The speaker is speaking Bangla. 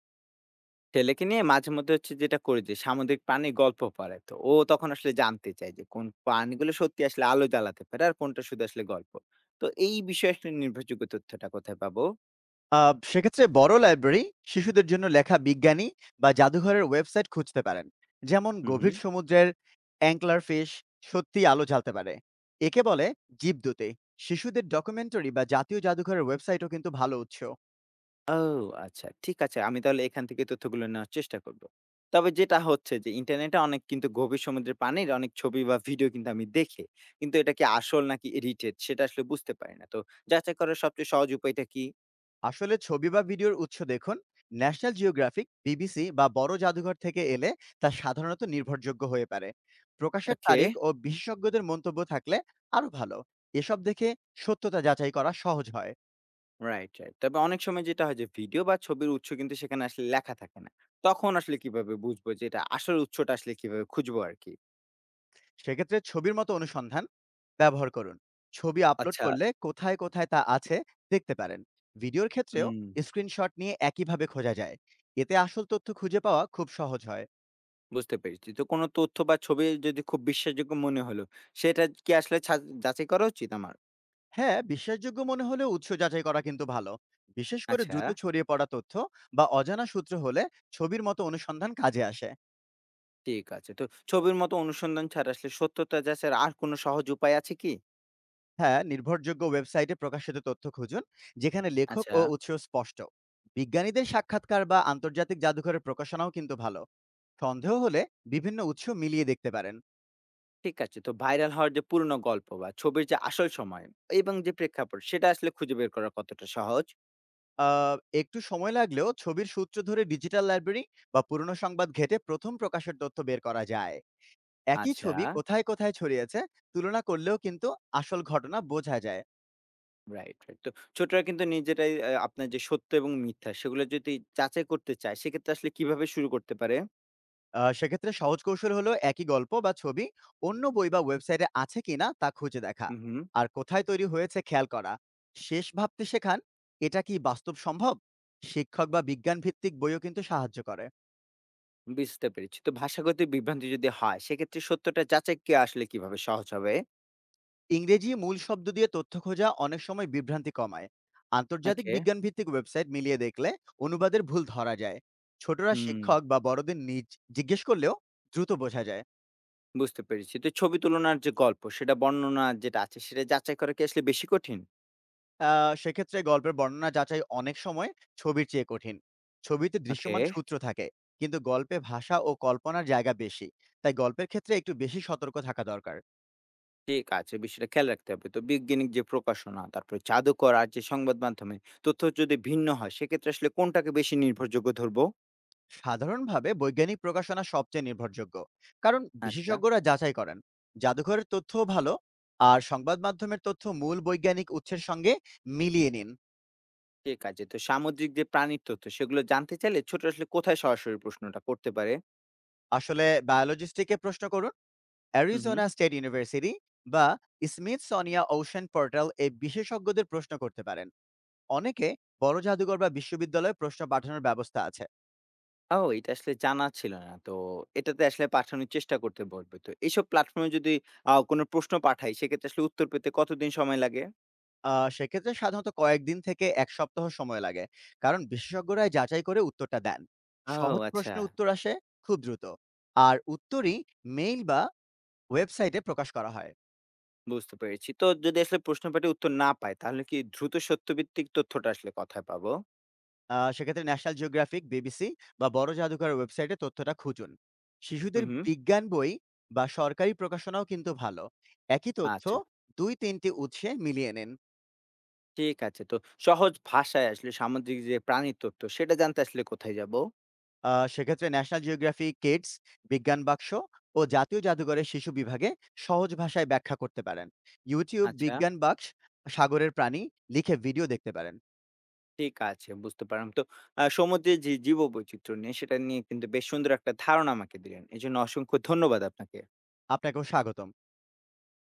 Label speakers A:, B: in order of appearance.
A: ছেলেকে নিয়ে মাঝে মধ্যে হচ্ছে যেটা করি যে সামুদ্রিক প্রাণীর গল্প পড়ে। তো ও তখন আসলে জানতে চায় যে কোন প্রাণীগুলো সত্যি আসলে আলো জ্বালাতে পারে আর কোনটা শুধু আসলে গল্প। তো এই বিষয়ে আসলে নির্ভরযোগ্য তথ্যটা কোথায় পাবো?
B: আ সেক্ষেত্রে বড় লাইব্রেরি, শিশুদের জন্য লেখা বিজ্ঞানী বা জাদুঘরের ওয়েবসাইট খুঁজতে পারেন। যেমন
A: হুম, হুম।
B: গভীর সমুদ্রের অ্যাঙ্কলারফিশ সত্যিই আলো জ্বালতে পারে। একে বলে জীবদূতী। শিশুদের ডকুমেন্টারি বা জাতীয় জাদুঘরের ওয়েবসাইটও কিন্তু ভালো উৎস।
A: ও আচ্ছা ঠিক আছে। আমি তাহলে এখান থেকে তথ্যগুলো নেওয়ার চেষ্টা করব। তবে যেটা হচ্ছে যে ইন্টারনেটে অনেক কিন্তু গভীর সমুদ্রের পানির অনেক ছবি বা ভিডিও কিন্তু আমি দেখি। কিন্তু এটা কি আসল নাকি এডিটেড সেটা আসলে বুঝতে পারি না। তো যাচাই করার সবচেয়ে সহজ উপায়টা কি?
B: আসলে ছবি বা ভিডিওর উৎস দেখুন। ন্যাশনাল জিওগ্রাফিক, বিবিসি বা বড় জাদুঘর থেকে এলে তা সাধারণত নির্ভরযোগ্য হয়ে পারে। প্রকাশের
A: ওকে।
B: তারিখ ও বিশেষজ্ঞদের মন্তব্য থাকলে আরও ভালো। এসব দেখে সত্যতা যাচাই করা সহজ হয়।
A: Right, right. তবে অনেক সময় যেটা হয় যে ভিডিও বা ছবির উৎস কিন্তু সেখানে আসলে লেখা থাকে না। তখন আসলে কিভাবে বুঝবো যে এটা আসল উৎসটা আসলে কিভাবে খুঁজবো আরকি?
B: সেক্ষেত্রে ছবির মতো অনুসন্ধান ব্যবহার করুন। ছবি আপলোড
A: আচ্ছা।
B: করলে কোথায়, কোথায় তা আছে দেখতে পারেন। ভিডিওর ক্ষেত্রেও
A: হুম,
B: স্ক্রিনশট নিয়ে একইভাবে খোঁজা যায়। এতে আসল তথ্য খুঁজে পাওয়া খুব সহজ হয়।
A: বুঝতে পেরেছি। তো কোনো তথ্য বা ছবি যদি খুব বিশ্বাসযোগ্য মনে হলো, সেটা কি আসলে যাচাই করা উচিত আমার?
B: হ্যাঁ, বিশ্বাসযোগ্য মনে হলেও উৎস যাচাই করা কিন্তু ভালো। বিশেষ করে
A: আচ্ছা,
B: দ্রুত ছড়িয়ে পড়া তথ্য বা অজানা সূত্র হলে ছবির মতো অনুসন্ধান কাজে আসে।
A: ঠিক আছে। তো ছবির মতো অনুসন্ধান ছাড়া আসলে সত্যতা যাচাইয়ের আর কোনো সহজ উপায় আছে কি?
B: হ্যাঁ, নির্ভরযোগ্য ওয়েবসাইটে প্রকাশিত তথ্য খুঁজুন, যেখানে লেখক
A: আচ্ছা,
B: ও উৎস স্পষ্ট। বিজ্ঞানীদের সাক্ষাৎকার বা আন্তর্জাতিক জাদুঘরের প্রকাশনাও কিন্তু ভালো। সন্দেহ হলে বিভিন্ন উৎস মিলিয়ে দেখতে পারেন।
A: ঠিক আছে। তো ভাইরাল হওয়ার যে পুরনো গল্প বা ছবির যে আসল সময় এবং যে প্রেক্ষাপট, সেটা আসলে খুঁজে বের করা কতটা সহজ?
B: আ একটু সময় লাগলেও ছবির সূত্র ধরে ডিজিটাল লাইব্রেরি বা পুরনো সংবাদ ঘেঁটে প্রথম প্রকাশের তথ্য বের করা যায়। একই
A: আচ্ছা।
B: ছবি কোথায়, কোথায় ছড়িয়েছে তুলনা করলেও কিন্তু আসল ঘটনা বোঝা যায়।
A: Right, right. তো ছোটরা কিন্তু নিজেরাই আপনার যে সত্য এবং মিথ্যা সেগুলো যদি যাচাই করতে চায় সেক্ষেত্রে আসলে কিভাবে শুরু করতে পারে?
B: সেক্ষেত্রে সহজ কৌশল হলো একই গল্প বা ছবি অন্য বই বা ওয়েবসাইটে আছে কিনা তা খুঁজে দেখা।
A: হু, হু।
B: আর কোথায় তৈরি হয়েছে খেয়াল করা। শেষ ভাবতে শেখান, এটা কি বাস্তব সম্ভব? শিক্ষক বা বিজ্ঞান ভিত্তিক বইও কিন্তু সাহায্য করে।
A: বুঝতে পেরেছি। তো ভাষাগত বিভ্রান্তি যদি হয় সেক্ষেত্রে সত্যটা যাচাই কে আসলে কিভাবে সহজ হবে?
B: ইংরেজি মূল শব্দ দিয়ে তথ্য খোঁজা অনেক সময় বিভ্রান্তি কমায়। আন্তর্জাতিক
A: ওকে।
B: বিজ্ঞান ভিত্তিক ওয়েবসাইট মিলিয়ে দেখলে অনুবাদের ভুল ধরা যায়। ছোটরা
A: হুম,
B: শিক্ষক বা বড়দের নিজ জিজ্ঞেস করলেও দ্রুত বোঝা যায়।
A: বুঝতে পেরেছি। তো ছবি তুলনার যে গল্প সেটা বর্ণনা যেটা আছে সেটা যাচাই করা কি আসলে বেশি কঠিন?
B: আ সেক্ষেত্রে গল্পের বর্ণনা যাচাই অনেক সময় ছবির চেয়ে কঠিন। ছবিতে
A: ওকে।
B: দৃশ্যমান সূত্র থাকে, কিন্তু গল্পে ভাষা ও কল্পনার জায়গা বেশি। তাই গল্পের ক্ষেত্রে একটু বেশি সতর্ক থাকা দরকার।
A: ঠিক আছে, বিষয়টা খেয়াল রাখতে হবে। তো বৈজ্ঞানিক যে প্রকাশনা, তারপরে জাদুকর আর যে সংবাদ মাধ্যমে তথ্য যদি ভিন্ন হয় সেক্ষেত্রে আসলে কোনটাকে বেশি নির্ভরযোগ্য ধরবো?
B: সাধারণভাবে বৈজ্ঞানিক প্রকাশনা সবচেয়ে নির্ভরযোগ্য। কারণ
A: আচ্ছা।
B: বিশেষজ্ঞরা যাচাই করেন। জাদুঘরের তথ্যও ভালো, আর সংবাদ মাধ্যমের তথ্য মূল বৈজ্ঞানিক উৎসের সঙ্গে মিলিয়ে নিন।
A: ঠিক আছে। তো সামুদ্রিক যে প্রাণীর তথ্য সেগুলো জানতে চাইলে ছোট আসলে কোথায় সরাসরি প্রশ্নটা করতে পারে?
B: আসলে বায়োলজিস্টকে প্রশ্ন করুন,
A: হুম হুম।
B: অ্যারিজোনা স্টেট ইউনিভার্সিটি বা স্মিথসনিয়া ওশেন পোর্টাল এ বিশেষজ্ঞদের প্রশ্ন করতে পারেন। অনেকে বড় জাদুঘর বা বিশ্ববিদ্যালয়ে প্রশ্ন পাঠানোর ব্যবস্থা আছে।
A: ও এটা আসলে জানা ছিল না। তো এটাতে আসলে পাঠানোর চেষ্টা করতে বলবে। তো এইসব প্ল্যাটফর্মে যদি কোনো প্রশ্ন পাঠাই সেক্ষেত্রে আসলে উত্তর পেতে কতদিন সময় লাগে?
B: সেক্ষেত্রে সাধারণত কয়েকদিন থেকে ১ সপ্তাহ সময় লাগে। কারণ বিশেষজ্ঞরাই যাচাই করে উত্তরটা দেন।
A: ও
B: সহজ
A: আচ্ছা।
B: প্রশ্নের উত্তর আসে খুব দ্রুত। আর উত্তরই মেইল বা ওয়েবসাইটে প্রকাশ করা হয়।
A: বুঝতে পেরেছি। তো যদি আসলে প্রশ্ন পাঠে উত্তর না পাই তাহলে কি দ্রুত সত্যভিত্তিক তথ্যটা আসলে কোথায় পাবো?
B: সেক্ষেত্রে ন্যাশনাল জিওগ্রাফিক, বিবিসি বা বড় জাদুঘরের ওয়েবসাইটে তথ্যটা খুঁজুন। শিশুদের
A: হুম হুম,
B: বিজ্ঞান বই বা সরকারি প্রকাশনাও কিন্তু ভালো। একই তথ্য
A: আচ্ছা
B: ২-৩ টি উৎসে মিলিয়ে নিন।
A: ঠিক আছে। তো সহজ ভাষায় আসলে সামুদ্রিক যে প্রাণীর তথ্য সেটা জানতে আসলে কোথায় যাবো?
B: সেক্ষেত্রে ন্যাশনাল জিওগ্রাফি কিডস, বিজ্ঞান বাক্স ও জাতীয় জাদুঘরের শিশু বিভাগে সহজ ভাষায় ব্যাখ্যা করতে পারেন। YouTube
A: আচ্ছা।
B: বিজ্ঞান বাক্স, সাগরের প্রাণী লিখে ভিডিও দেখতে পারেন।
A: ঠিক আছে, বুঝতে পারলাম। তো সমুদ্রের যে জীববৈচিত্র্য নিয়ে, সেটা নিয়ে কিন্তু বেশ সুন্দর একটা ধারণা আমাকে দিলেন। এজন্য অসংখ্য ধন্যবাদ আপনাকে।
B: আপনাকেও স্বাগতম।